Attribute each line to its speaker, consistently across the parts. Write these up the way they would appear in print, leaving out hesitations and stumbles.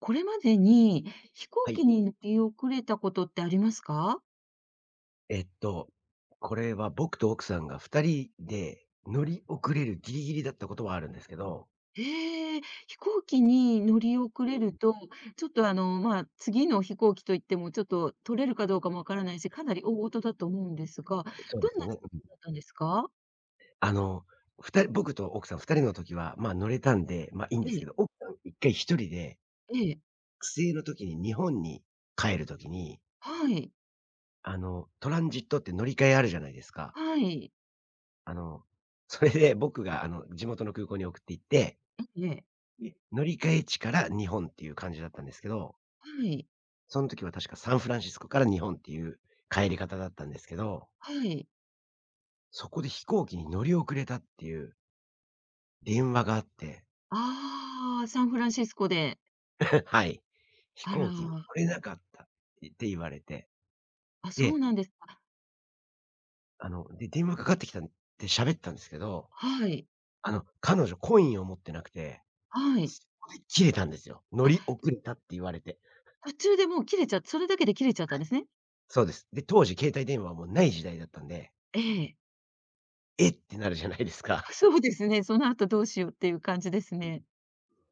Speaker 1: これまでに飛行
Speaker 2: はい。
Speaker 1: 機に乗り遅れたことってありますか？
Speaker 2: えっと、これは僕と奥さんが2人で乗り遅れるギリギリだったことはあるんですけど、
Speaker 1: ええ、飛行機に乗り遅れると、ちょっと次の飛行機といっても、ちょっと取れるかどうかもわからないし、かなり大事だと思うんですが、
Speaker 2: そうで
Speaker 1: どん
Speaker 2: すよ
Speaker 1: な出
Speaker 2: ね。
Speaker 1: 来だったんですか？
Speaker 2: あの、ふたり僕と奥さん2人の時は、乗れたんで、いいんで
Speaker 1: え
Speaker 2: すけ
Speaker 1: え、
Speaker 2: ど、奥さん1回1人で、
Speaker 1: ええ、
Speaker 2: 帰省の時に日本に帰る時に、
Speaker 1: はい、
Speaker 2: トランジットって乗り換えあるじゃないですか。
Speaker 1: はい、
Speaker 2: あの、それで僕が地元の空港に送って行って、
Speaker 1: ええ、
Speaker 2: 乗り換え地から日本っていう感じだったんですけど、
Speaker 1: はい、
Speaker 2: その時は確かサンフランシスコから日本っていう帰り方だったんですけど、
Speaker 1: はい。
Speaker 2: そこで飛行機に乗り遅れたっていう電話があって、
Speaker 1: ああ、サンフランシスコで。
Speaker 2: はい。飛
Speaker 1: あら、
Speaker 2: 行機に乗れなかったって言われて、
Speaker 1: あ、そう
Speaker 2: で、
Speaker 1: なんですか。
Speaker 2: あの、で、電話かかってきたんで喋ったんですけど、
Speaker 1: はい、
Speaker 2: 彼女コインを持ってなくて、
Speaker 1: はい。
Speaker 2: そこで切れたんですよ。乗
Speaker 1: あ、
Speaker 2: り遅れたって言われて。
Speaker 1: 途中でもう切れちゃった、それだけで切れちゃったんですね。
Speaker 2: そうです。で、当時携帯電話はもうない時代だったんで、
Speaker 1: ええ。
Speaker 2: えってなるじゃないですか。
Speaker 1: そうですね、その後どうしようっていう感じですね。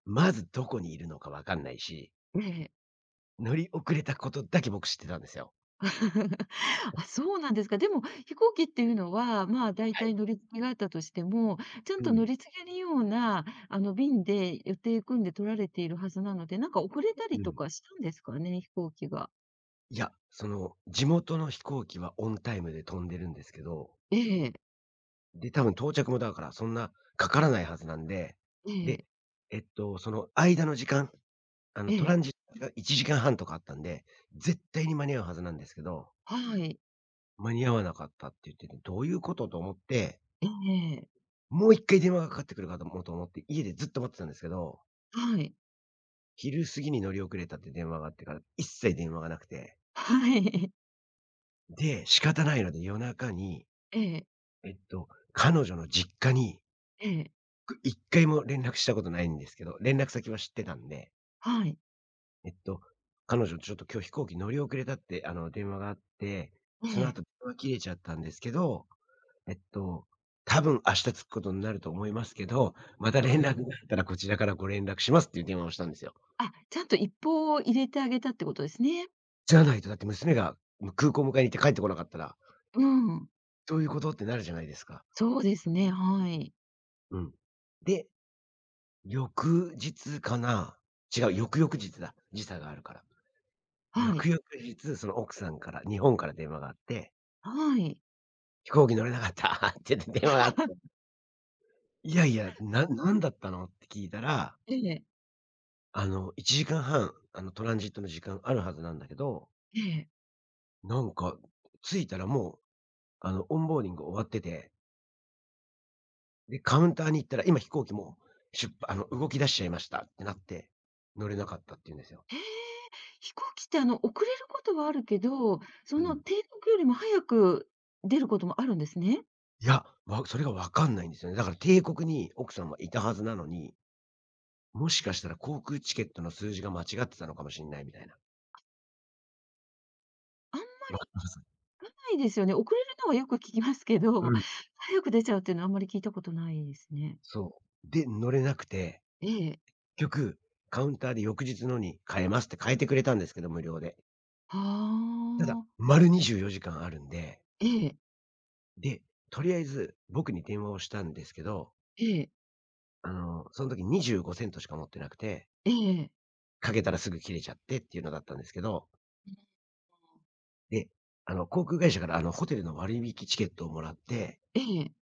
Speaker 2: まずどこにいるのかわかんないし、
Speaker 1: ええ。
Speaker 2: 乗り遅れたことだけ僕知ってたんですよ。
Speaker 1: あ、そうなんですか。でも、飛行機っていうのは、まあ、だい
Speaker 2: は
Speaker 1: た
Speaker 2: い。
Speaker 1: い乗り継ぎがあったとしても、ちゃん
Speaker 2: う
Speaker 1: と
Speaker 2: ん、
Speaker 1: 乗り継げるような、便で予定組んで取られているはずなので、なんか遅れた
Speaker 2: う
Speaker 1: りと
Speaker 2: ん。
Speaker 1: かしたんですかね、飛行機が。
Speaker 2: いや、その、地元の飛行機はオンタイムで飛んでるんですけど、
Speaker 1: ええ、
Speaker 2: で、多分到着もだからそんなかからないはずなんで、
Speaker 1: え
Speaker 2: で、
Speaker 1: え、
Speaker 2: えっと、その間の時間、
Speaker 1: え
Speaker 2: トラ
Speaker 1: え、
Speaker 2: ンジットが1時間半とかあったんで、絶対に間に合うはずなんですけど、
Speaker 1: はい、
Speaker 2: 間に合わなかったって言ってて、どういうことと思って、
Speaker 1: ええ、
Speaker 2: もう1回電話がかかってくるかと思うと思って、家でずっと待ってたんですけど、
Speaker 1: はい、
Speaker 2: 昼過ぎに乗り遅れたって電話があってから、一切電話がなくて、
Speaker 1: はい、
Speaker 2: で、仕方ないので夜中に
Speaker 1: ええ、
Speaker 2: 彼女の実家に、
Speaker 1: ええ、
Speaker 2: 1回も連絡したことないんですけど、連絡先は知ってたんで、
Speaker 1: はい、
Speaker 2: えっと、彼女ちょっと今日飛行機乗り遅れたって、電話があって、
Speaker 1: え
Speaker 2: その
Speaker 1: え。
Speaker 2: 後電話切れちゃったんですけど、えっと、多分明日着くことになると思いますけど、また連絡があったらこちらからご連絡しますっていう電話をしたんですよ。
Speaker 1: あ、ちゃんと一報を入れてあげたってことですね。
Speaker 2: じゃないとだって娘が、空港迎えに行って帰ってこなかったら、
Speaker 1: うん。
Speaker 2: どういうことってなるじゃないですか。
Speaker 1: そうですね、はい。
Speaker 2: うん。で、翌日かな？違う、翌々日だ、時差があるから。
Speaker 1: は
Speaker 2: 翌
Speaker 1: い。
Speaker 2: 々日、その奥さんから、日本から電話があって、
Speaker 1: はい。
Speaker 2: 飛行機乗れなかった って言って電話があって、いやいや、なんだったのって聞いたら、
Speaker 1: ええ、
Speaker 2: 1時間半、トランジットの時間あるはずなんだけど、
Speaker 1: ええ。
Speaker 2: なんか、着いたらもう、オンボーディング終わってて、で、カウンターに行ったら、今飛行機もう、出発動き出しちゃいましたってなって、乗れなかったって言うんですよ。
Speaker 1: ええ、飛行機ってあの、遅れることはあるけど、そ
Speaker 2: う
Speaker 1: の
Speaker 2: ん。
Speaker 1: 定刻よりも早く出ることもあるんですね。
Speaker 2: いや、それがわかんないんですよね。だから、定刻に奥さんはいたはずなのに、もしかしたら航空チケットの数字が間違ってたのかもしんないみたいな。
Speaker 1: あんま
Speaker 2: わかります。
Speaker 1: りですよね。遅れるのはよく聞きますけ
Speaker 2: う
Speaker 1: ど、
Speaker 2: ん、
Speaker 1: 早く出ちゃうっていうのはあんまり聞いたことないですね。
Speaker 2: そう。で、乗れなくて、
Speaker 1: ええ。
Speaker 2: 結局、カウンターで翌日のに変えますって変えてくれたんですけど、無料で。
Speaker 1: は
Speaker 2: ただ、
Speaker 1: あ。
Speaker 2: 丸24時間あるんで、
Speaker 1: ええ、
Speaker 2: で、とりあえず僕に電話をしたんですけど、
Speaker 1: ええ、
Speaker 2: その時25セントしか持ってなくて、
Speaker 1: ええ。
Speaker 2: かけたらすぐ切れちゃってっていうのだったんですけど、
Speaker 1: うん、
Speaker 2: で、航空会社からホテルの割引チケットをもらって、
Speaker 1: ええ。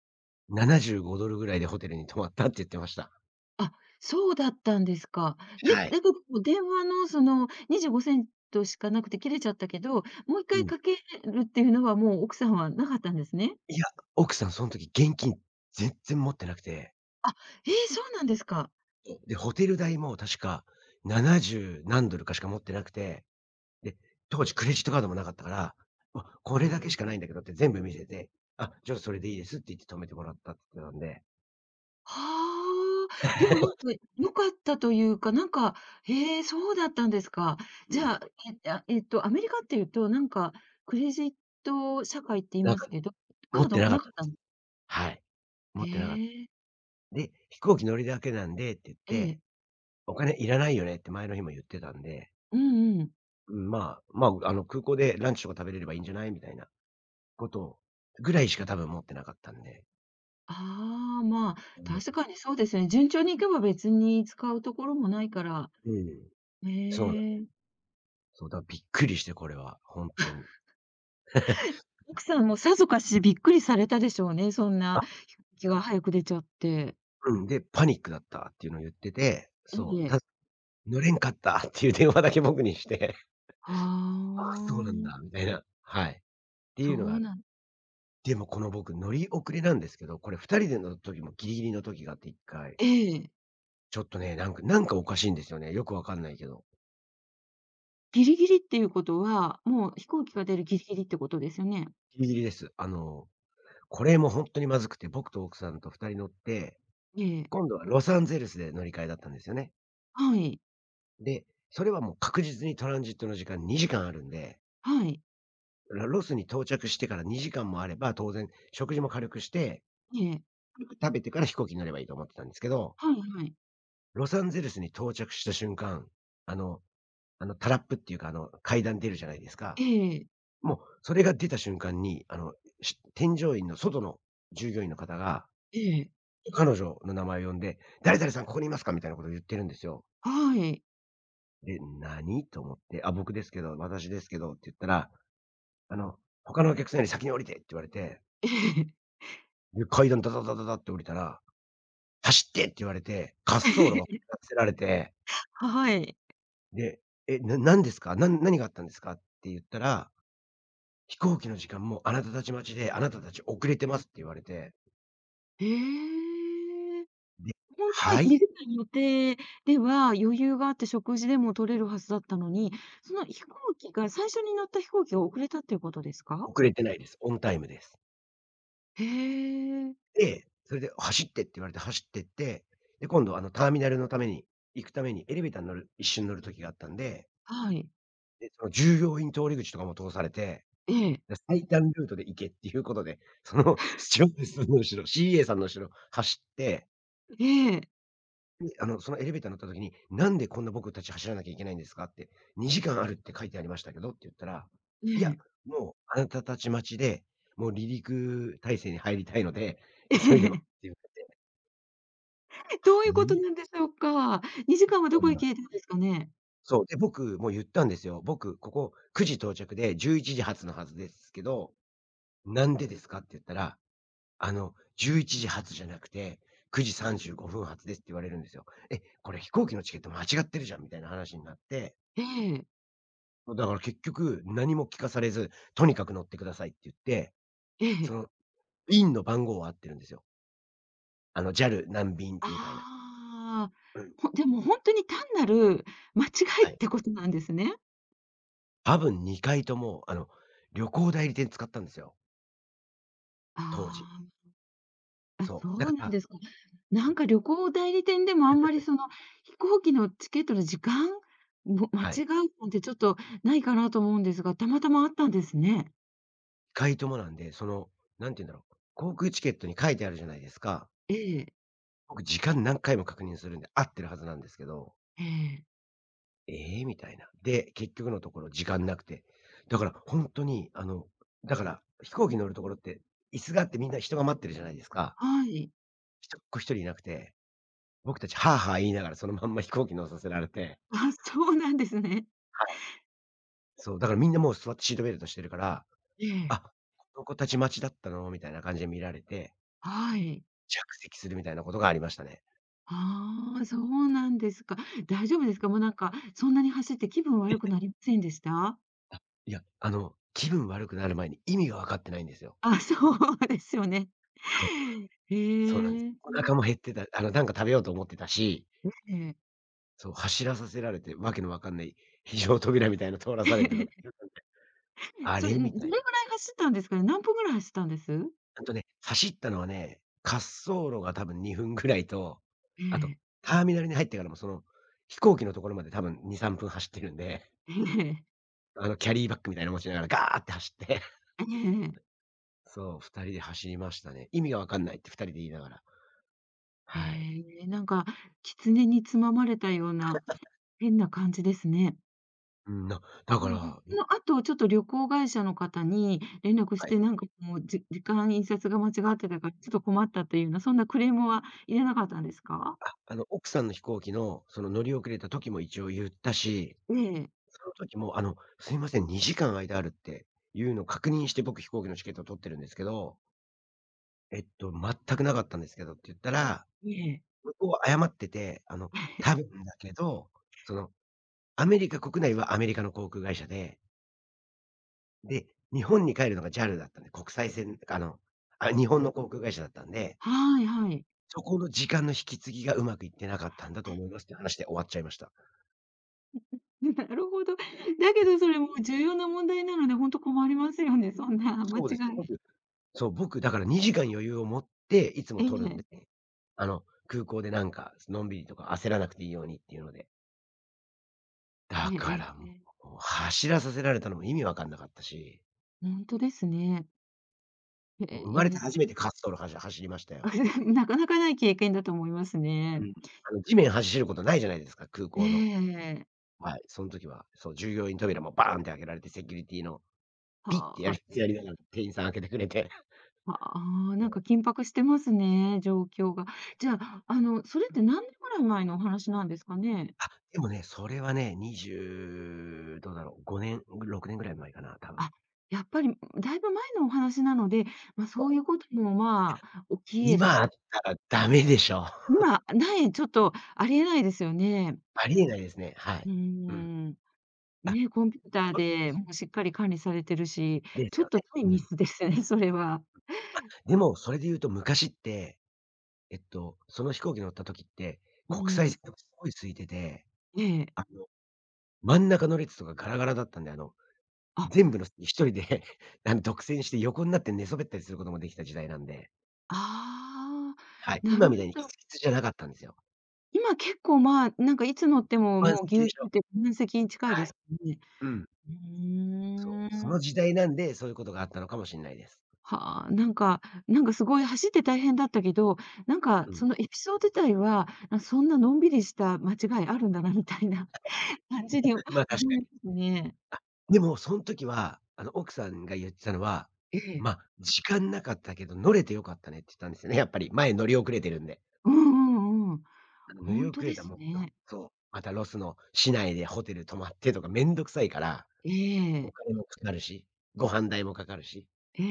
Speaker 2: $75 ぐらいでホテルに泊まったって言ってました。
Speaker 1: あ、そうだったんですか。で、でも、
Speaker 2: はい。
Speaker 1: だけど電話のその25セントしかなくて切れちゃったけど、もう一
Speaker 2: う
Speaker 1: 回
Speaker 2: ん。
Speaker 1: かけるっていうのはもう奥さんはなかったんですね？
Speaker 2: いや、奥さんその時現金全然持ってなくて、
Speaker 1: あ、ええ、そうなんですか。
Speaker 2: そう。で、ホテル代も確か70何ドルかしか持ってなくて、で、当時クレジットカードもなかったから、「わ、これだけしかないんだけど」って全部見せて、「あ、じゃあそれでいいです」って言って止めてもらったって言ってたんで、
Speaker 1: はあ。でもなんか良かったというか、なんか、へえ、そうだったんですか。
Speaker 2: う
Speaker 1: じ
Speaker 2: ん。
Speaker 1: ゃあ、え、あ、アメリカっていうと、なんかクレジット社会って言い
Speaker 2: なん
Speaker 1: ま
Speaker 2: か
Speaker 1: すけど、
Speaker 2: 持
Speaker 1: カ
Speaker 2: っ
Speaker 1: ー
Speaker 2: て
Speaker 1: ド
Speaker 2: なかっ
Speaker 1: な
Speaker 2: た
Speaker 1: か
Speaker 2: で
Speaker 1: った
Speaker 2: す。
Speaker 1: ん
Speaker 2: はい、持
Speaker 1: へ
Speaker 2: ってなかった。
Speaker 1: え。
Speaker 2: で、飛行機乗りだけなんでって言っ
Speaker 1: え
Speaker 2: て、
Speaker 1: え。
Speaker 2: 「お金いらないよね」って前の日も言ってたんで、
Speaker 1: うんうん。
Speaker 2: うん、まあ、まあ、空港でランチとか食べれればいいんじゃないみたいなことぐらいしか多分持ってなかったんで。
Speaker 1: ああ、まあ、
Speaker 2: うん。
Speaker 1: 確かにそうですね。順調にいけば別に使うところもないから。
Speaker 2: そうなん
Speaker 1: へえ。
Speaker 2: そう、だ、びっくりして、これは、ほんとに。
Speaker 1: 奥さんもさぞかしびっくりされたでしょうね、そん
Speaker 2: あ、
Speaker 1: な気が早く出ちゃって。
Speaker 2: うん、で、パニックだったっていうのを言ってて、
Speaker 1: え
Speaker 2: そう、
Speaker 1: え。
Speaker 2: 乗れんかったっていう電話だけ僕にして、
Speaker 1: あ
Speaker 2: あ、そうなん
Speaker 1: あ、
Speaker 2: だみたいな、はい。って
Speaker 1: そ
Speaker 2: いうのが、
Speaker 1: うなん
Speaker 2: でもこの僕乗り遅れなんですけど、これ二人での時もギリギリの時があって一回、
Speaker 1: ええ。
Speaker 2: ちょっとね、なんかおかしいんですよね。よくわかんないけど。
Speaker 1: ギリギリっていうことは、もう飛行機が出るギリギリってことですよね？
Speaker 2: ギリギリです。これもほんとにまずくて、僕と奥さんと二人乗って、
Speaker 1: ええ。
Speaker 2: 今度はロサンゼルスで乗り換えだったんですよね。
Speaker 1: はい。
Speaker 2: で、それはもう確実にトランジットの時間2時間あるんで、
Speaker 1: はい。
Speaker 2: ロスに到着してから2時間もあれば、当然食事も軽くして、
Speaker 1: ええ。
Speaker 2: 軽く食べてから飛行機に乗ればいいと思ってたんですけど、
Speaker 1: はいはい。
Speaker 2: ロサンゼルスに到着した瞬間、あの、あの、タラップっていうか、あの階段出るじゃないです
Speaker 1: え
Speaker 2: か。
Speaker 1: え。
Speaker 2: もうそれが出た瞬間に、添乗員の外の従業員の方が、
Speaker 1: ええ。
Speaker 2: 彼女の名前を呼んで、「誰々さんここにいますか？」みたいなことを言ってるんですよ。
Speaker 1: はい。
Speaker 2: で、何？と思って、あ、僕ですけど、私ですけどって言ったら、あの、他のお客さんより先に降りてって言われて、
Speaker 1: ええ。
Speaker 2: で、階段ダダダダダって降りたら、走ってって言われて、滑 走路を走ら
Speaker 1: ええ。
Speaker 2: せられて、
Speaker 1: はい
Speaker 2: で、え、何ですか？何があったんですか？って言ったら、飛行機の時間もあなたたち待ちで、あなたたち遅れてますって言われて、
Speaker 1: ええええはいええはいええ。
Speaker 2: で、
Speaker 1: ほんとは
Speaker 2: は
Speaker 1: 短
Speaker 2: い、
Speaker 1: い予定では余裕があって食事でも取れるはずだったのに、その飛行機が、最初に乗った飛行機が遅れたっていうことですか？
Speaker 2: 遅れてないです。オンタイムです。
Speaker 1: へえ。
Speaker 2: で、それで走ってって言われて走ってって、で、今度あのターミナルのために行くためにエレベーターに乗る一緒に乗る時があったんで、
Speaker 1: はい。
Speaker 2: で、その従業員通り口とかも通されて、
Speaker 1: ええ。
Speaker 2: で、最短ルートで行けっていうことで、そのスチュワーデス の後ろ、CA さんの後ろ走って、
Speaker 1: ええ。
Speaker 2: で、そのエレベーター乗った時に、「なんでこんな僕たち走らなきゃいけないんですか？」って、「2時間あるって書いてありましたけど」って言ったら、
Speaker 1: ええ。
Speaker 2: 「いや、
Speaker 1: ええ。
Speaker 2: もうあなたたち待ちで、もう離陸態勢に入りたいので、急いでます」って 言わ
Speaker 1: どうい
Speaker 2: れ
Speaker 1: う
Speaker 2: て、
Speaker 1: こ
Speaker 2: に
Speaker 1: と
Speaker 2: じ
Speaker 1: なんでしょうか？2時間は
Speaker 2: か
Speaker 1: ど
Speaker 2: ん
Speaker 1: こへ
Speaker 2: も
Speaker 1: 消えたんですかね？
Speaker 2: そう、で、僕もう言ったんですよ。「僕、ここ9時到着で11時発のはずですけど、なんでですか？」って言ったら、あの、11時発じゃなくて、9時35分発ですって言われるんですよ。え、これ飛行機のチケット間違ってるじゃんみたいな話になって、
Speaker 1: ええ。
Speaker 2: だから結局何も聞かされず、とにかく乗ってくださいって言って、
Speaker 1: え
Speaker 2: そ
Speaker 1: え。
Speaker 2: の便の番号は合ってるんですよ。あの JAL 何便みたいな。
Speaker 1: ああ。
Speaker 2: うん。
Speaker 1: ほ、でもほんとに単なる間違いっ
Speaker 2: はい。
Speaker 1: てことなんですね。
Speaker 2: 多分2回とも、旅行代理店使ったんですよ、当時。
Speaker 1: ああ、あ、
Speaker 2: そ
Speaker 1: そ
Speaker 2: う。だか
Speaker 1: うなん
Speaker 2: ら
Speaker 1: ですか。な
Speaker 2: うん、
Speaker 1: んか旅行代理店でもあんまり飛行機のチケットの時間、も間違
Speaker 2: はい。
Speaker 1: うなんてちょっとないかなと思うんですが、たまたまあったんですね。
Speaker 2: 2回ともなんで、その、なんて言うんだろう、航空チケットに書いてあるじゃないですか。
Speaker 1: ええ、
Speaker 2: 僕、時間何回も確認するんで、合ってるはずなんですけど、
Speaker 1: ええ、
Speaker 2: ええ、みたいな。で、結局のところ時間なくて。だからほんとに、あの、だから飛行機乗るところって、椅子があってみんな人が待ってるじゃないですか。
Speaker 1: はい。
Speaker 2: 人っ子1人いなくて、僕たちハアハア言いながらそのまんま飛行機乗させられて、
Speaker 1: あ、そうなんですね。
Speaker 2: はい。そう、だからみんなもう座ってシートベルトしてるから、
Speaker 1: ええ、
Speaker 2: あ、この子たち待ちだったのみたいな感じで見られて、
Speaker 1: はい。
Speaker 2: 着席するみたいなことがありましたね。
Speaker 1: ああ、そうなんですか。大丈夫ですか？もうなんか、そんなに走って気分悪くなりませんでした？
Speaker 2: あ、いや、気分悪くなる前に意味が分かってないんですよ。
Speaker 1: あ、そうですよね。
Speaker 2: そう
Speaker 1: へ
Speaker 2: そうなんです。
Speaker 1: え、
Speaker 2: お腹も減ってた、なんか食べようと思ってたし、
Speaker 1: ええ。
Speaker 2: そう、走らさせられて、わけのわかんない非常扉みたいの通らされてとか、あ
Speaker 1: そ
Speaker 2: れ？
Speaker 1: れ、どれ
Speaker 2: みた
Speaker 1: ぐ
Speaker 2: い
Speaker 1: らい
Speaker 2: な。
Speaker 1: 走ったんですかね？何分ぐらい走ったんです？
Speaker 2: あとね、走ったのはね、滑走路が多分2分ぐらいと、
Speaker 1: え
Speaker 2: あと、
Speaker 1: え。
Speaker 2: ターミナルに入ってからもその、飛行機のところまで多分2、3分走ってるんで、
Speaker 1: ええ、
Speaker 2: キャリーバッグみたいなの持ちながらガーって走って、
Speaker 1: ええ、
Speaker 2: そう、2人で走りましたね。意味がわかんないって2人で言いながら。
Speaker 1: え
Speaker 2: はい。
Speaker 1: え、なんか狐につままれたような変な感じですね。
Speaker 2: うん、な
Speaker 1: あ
Speaker 2: だか
Speaker 1: の、そ
Speaker 2: ら
Speaker 1: の後、ちょっと旅行会社の方に連絡し
Speaker 2: はい。
Speaker 1: て、なんかもう、じ時間、印刷が間違ってたから、ちょっと困ったというような、そんなクレームは入れなかったんですか？
Speaker 2: あ、奥さんの飛行機の、その乗り遅れた時も一応言ったし、
Speaker 1: ええ、
Speaker 2: その時もすいません、2時間間あるっていうのを確認して僕飛行機のチケットを取ってるんですけど、えっと、全くなかったんですけどって言ったら、
Speaker 1: ええ。
Speaker 2: 向こうは謝ってて、多 分だけど、その、アメリカ国内はアメリカの航空会社で、で、日本に帰るのが JAL だったんで、国際線、日本の航空会社だったんで、
Speaker 1: はいはい。
Speaker 2: そこの時間の引き継ぎがうまくいってなかったんだと思います って話で終わっちゃいました。
Speaker 1: なるほど。だけどそれもう重要な問題なので、ほんと困りますよね、そんな間違
Speaker 2: そうですね、
Speaker 1: い
Speaker 2: 僕そう、僕だから2時間余裕を持って、いつ
Speaker 1: え
Speaker 2: も取るん
Speaker 1: え、
Speaker 2: でね、あの、空港でなんか、のんびりとか焦らなくていいようにっていうので。
Speaker 1: え
Speaker 2: だ
Speaker 1: ええ
Speaker 2: か
Speaker 1: え
Speaker 2: ら
Speaker 1: え
Speaker 2: も
Speaker 1: え。
Speaker 2: う、走らさせられたのも意味わかんなかったし、
Speaker 1: ほんとですね。え
Speaker 2: もう生
Speaker 1: え
Speaker 2: まれ
Speaker 1: え
Speaker 2: て
Speaker 1: え。
Speaker 2: 初めて滑走路走りましたよ。
Speaker 1: なかなかない経験だと思います
Speaker 2: う
Speaker 1: ね。
Speaker 2: ん。あの、地面走ることないじゃないですか、空
Speaker 1: え
Speaker 2: 港の。
Speaker 1: え。
Speaker 2: はい、そん時は、そう、従業員扉もバーンって開けられて、セキュリティのピッ
Speaker 1: は
Speaker 2: てや
Speaker 1: あ、
Speaker 2: りやりながら店員さん開けてくれて。
Speaker 1: はあ、なんか 緊迫してますね、状況が。じゃあ、あの、それって何年ぐらい前のお話なんですかね？
Speaker 2: あ、でもね、それはね、20どうだろう、5年、6年ぐらい前かな、多分。
Speaker 1: あ、やっぱりだいぶ前のお話なので、まあ、そういうことも、まあ、起き得たっ
Speaker 2: 今あっ
Speaker 1: て、
Speaker 2: たらダメでしょ。
Speaker 1: 今ない、ちょっとありえないですよね。
Speaker 2: ありえないですね。はい。
Speaker 1: う
Speaker 2: うん。
Speaker 1: ん。
Speaker 2: あ、
Speaker 1: ね、コンピューター
Speaker 2: そ
Speaker 1: でもうしっかり管理されてるし、
Speaker 2: です
Speaker 1: ちょっ
Speaker 2: よ
Speaker 1: と
Speaker 2: ね。
Speaker 1: 大
Speaker 2: う
Speaker 1: ミ
Speaker 2: ん。
Speaker 1: スですね、それは。
Speaker 2: でも、それで言うと昔って、えっと、その飛行機乗った時って、
Speaker 1: う
Speaker 2: 国際
Speaker 1: ん。
Speaker 2: 線がすごい空いてて、
Speaker 1: ええ。
Speaker 2: あの、真ん中の列とかガラガラだったんで、
Speaker 1: あ
Speaker 2: 全部の席人で、あの、独占して横になって寝そべったりすることもできた時代なんで、
Speaker 1: ああ、
Speaker 2: はい。
Speaker 1: な
Speaker 2: 今
Speaker 1: る
Speaker 2: み
Speaker 1: ほ
Speaker 2: たいにキ
Speaker 1: ど。
Speaker 2: ツキツじゃなかったんですよ。
Speaker 1: 今結構、まあ、なんかいつ乗っても、
Speaker 2: 満
Speaker 1: もうぎ
Speaker 2: 席
Speaker 1: ゅ
Speaker 2: で
Speaker 1: うぎ
Speaker 2: し
Speaker 1: ゅ
Speaker 2: ょ。
Speaker 1: うで満席に近い
Speaker 2: は
Speaker 1: で
Speaker 2: い。
Speaker 1: すよね。
Speaker 2: うん。
Speaker 1: う
Speaker 2: そう。そ
Speaker 1: ーん。
Speaker 2: の時代なんで、そういうことがあったのかもしんないです。
Speaker 1: はあ、なんかなんかすごい走って大変だったけど、なんか
Speaker 2: うん。
Speaker 1: そのエピソード自体は、あ、そんなのんびりした間違いあるんだなみたいな 感じに思
Speaker 2: まあ、確か
Speaker 1: いま
Speaker 2: に。
Speaker 1: すね。
Speaker 2: でも、その時は、あの、奥さんが言ってたのは、
Speaker 1: ええ。
Speaker 2: まあ、時間なかったけど、乗れて良かったねって言ったんですよね、やっぱり。前乗り遅れてるんで。
Speaker 1: うんうんうん。
Speaker 2: あの、乗り
Speaker 1: 本
Speaker 2: 遅
Speaker 1: 当
Speaker 2: れ
Speaker 1: で
Speaker 2: たら
Speaker 1: す
Speaker 2: もっと
Speaker 1: ね。
Speaker 2: そう、またロスの市内でホテル泊まってとかめんどくさいから、
Speaker 1: え
Speaker 2: お
Speaker 1: え、
Speaker 2: 金もかかるし、ご飯代もかかるし、
Speaker 1: え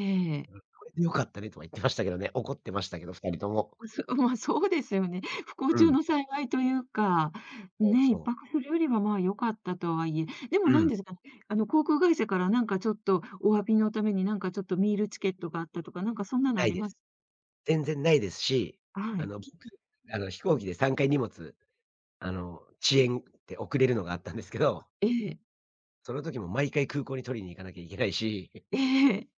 Speaker 1: え。
Speaker 2: うん、これで良かったねとは言ってましたけどね、怒ってましたけど、2人とも。
Speaker 1: ま、そ まあ、そうですよね。不幸
Speaker 2: う
Speaker 1: 中
Speaker 2: ん、
Speaker 1: の幸いというか、
Speaker 2: そう
Speaker 1: ね、
Speaker 2: そ
Speaker 1: 1
Speaker 2: う。
Speaker 1: 泊するよりは、まあ、良かったとはいえ、でも
Speaker 2: う
Speaker 1: なん
Speaker 2: ん、
Speaker 1: ですかね、あの、航空会社からなんかちょっとお詫びのために、なんかちょっとミールチケットがあったとか、なんかそんなの
Speaker 2: な
Speaker 1: あ
Speaker 2: い
Speaker 1: り
Speaker 2: で
Speaker 1: ま
Speaker 2: す。
Speaker 1: す？
Speaker 2: 全然ないですし、
Speaker 1: は
Speaker 2: あ
Speaker 1: い。
Speaker 2: の、僕、あの、飛行機で3回荷物、遅延って遅れるのがあったんですけど、
Speaker 1: ええ、
Speaker 2: その時も毎回空港に取りに行かなきゃいけないし、
Speaker 1: ええ、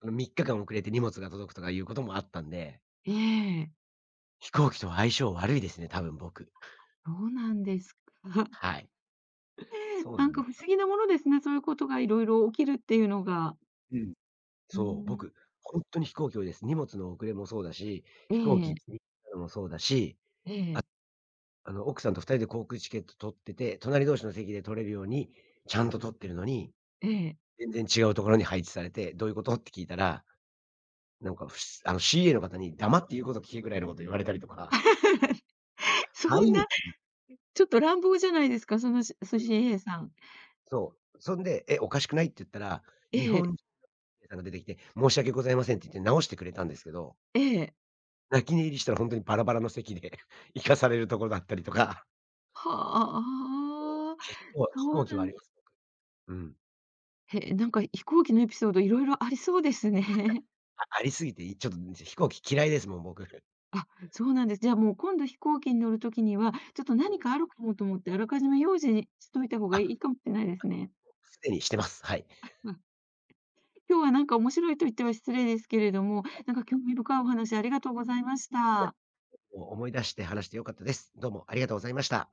Speaker 2: その3日間遅れて荷物が届くとかいうこともあったんで、
Speaker 1: ええ、
Speaker 2: 飛行機と相性悪いですね、多分僕。
Speaker 1: そうなんですか。
Speaker 2: はい。そう
Speaker 1: な
Speaker 2: な
Speaker 1: ん
Speaker 2: んで
Speaker 1: か
Speaker 2: す
Speaker 1: 不
Speaker 2: よ。
Speaker 1: 思議なものですね、そういうことがいろいろ起きるっていうのが。
Speaker 2: うん。
Speaker 1: う
Speaker 2: そう、
Speaker 1: ん。
Speaker 2: 僕、本当に飛行機多いです。荷物の遅れもそうだし、
Speaker 1: え
Speaker 2: 飛行機ギ
Speaker 1: え、
Speaker 2: リギリなのもそうだし、
Speaker 1: ええ、
Speaker 2: あの、奥さんと2人で航空チケット取ってて、隣同士の席で取れるように、ちゃんと取ってるのに、
Speaker 1: ええ。
Speaker 2: 全然違うところに配置されて、どういうことって聞いたら、なんか、ふしあの、CA の方に黙って言うこと聞けぐらいのこと言われたりとか、
Speaker 1: そ
Speaker 2: はい、
Speaker 1: ん
Speaker 2: み
Speaker 1: な、
Speaker 2: たいな。
Speaker 1: ちょっと乱暴じゃないですか、そのし寿司 A さん。
Speaker 2: そう。そんで、「え、おかしくない？」って言ったら、
Speaker 1: え
Speaker 2: 日
Speaker 1: え、
Speaker 2: 本人さんが出てきて、「申し訳ございません」って言って直してくれたんですけど、
Speaker 1: ええ。
Speaker 2: 泣き寝入りしたらほんとにバラバラの席で 行かされるところだったりとか、
Speaker 1: は
Speaker 2: そう、
Speaker 1: あ、
Speaker 2: 結構飛
Speaker 1: そ
Speaker 2: 行
Speaker 1: う
Speaker 2: 機
Speaker 1: な
Speaker 2: はあ
Speaker 1: ん
Speaker 2: ります。うん。
Speaker 1: へえ、なんか飛行機のエピソードいろいろありそうですね。
Speaker 2: ありすぎて、ちょっと飛行機嫌いですもん、僕。
Speaker 1: あ、そうなんです。じゃあもう今度飛行機に乗るときには、ちょっと
Speaker 2: う
Speaker 1: 何
Speaker 2: ん。
Speaker 1: かあるかもと思って、あらかじめ用心しといた方が
Speaker 2: あ、
Speaker 1: いいかもしれないですね。
Speaker 2: すでにしてます。はい。
Speaker 1: まあ今日はなんか面白いと言っては失礼ですけれども、なんか興味深いお話ありがとうございまし
Speaker 2: いや、
Speaker 1: た。
Speaker 2: もう思い出して話して良かったです。どうもありがとうございました。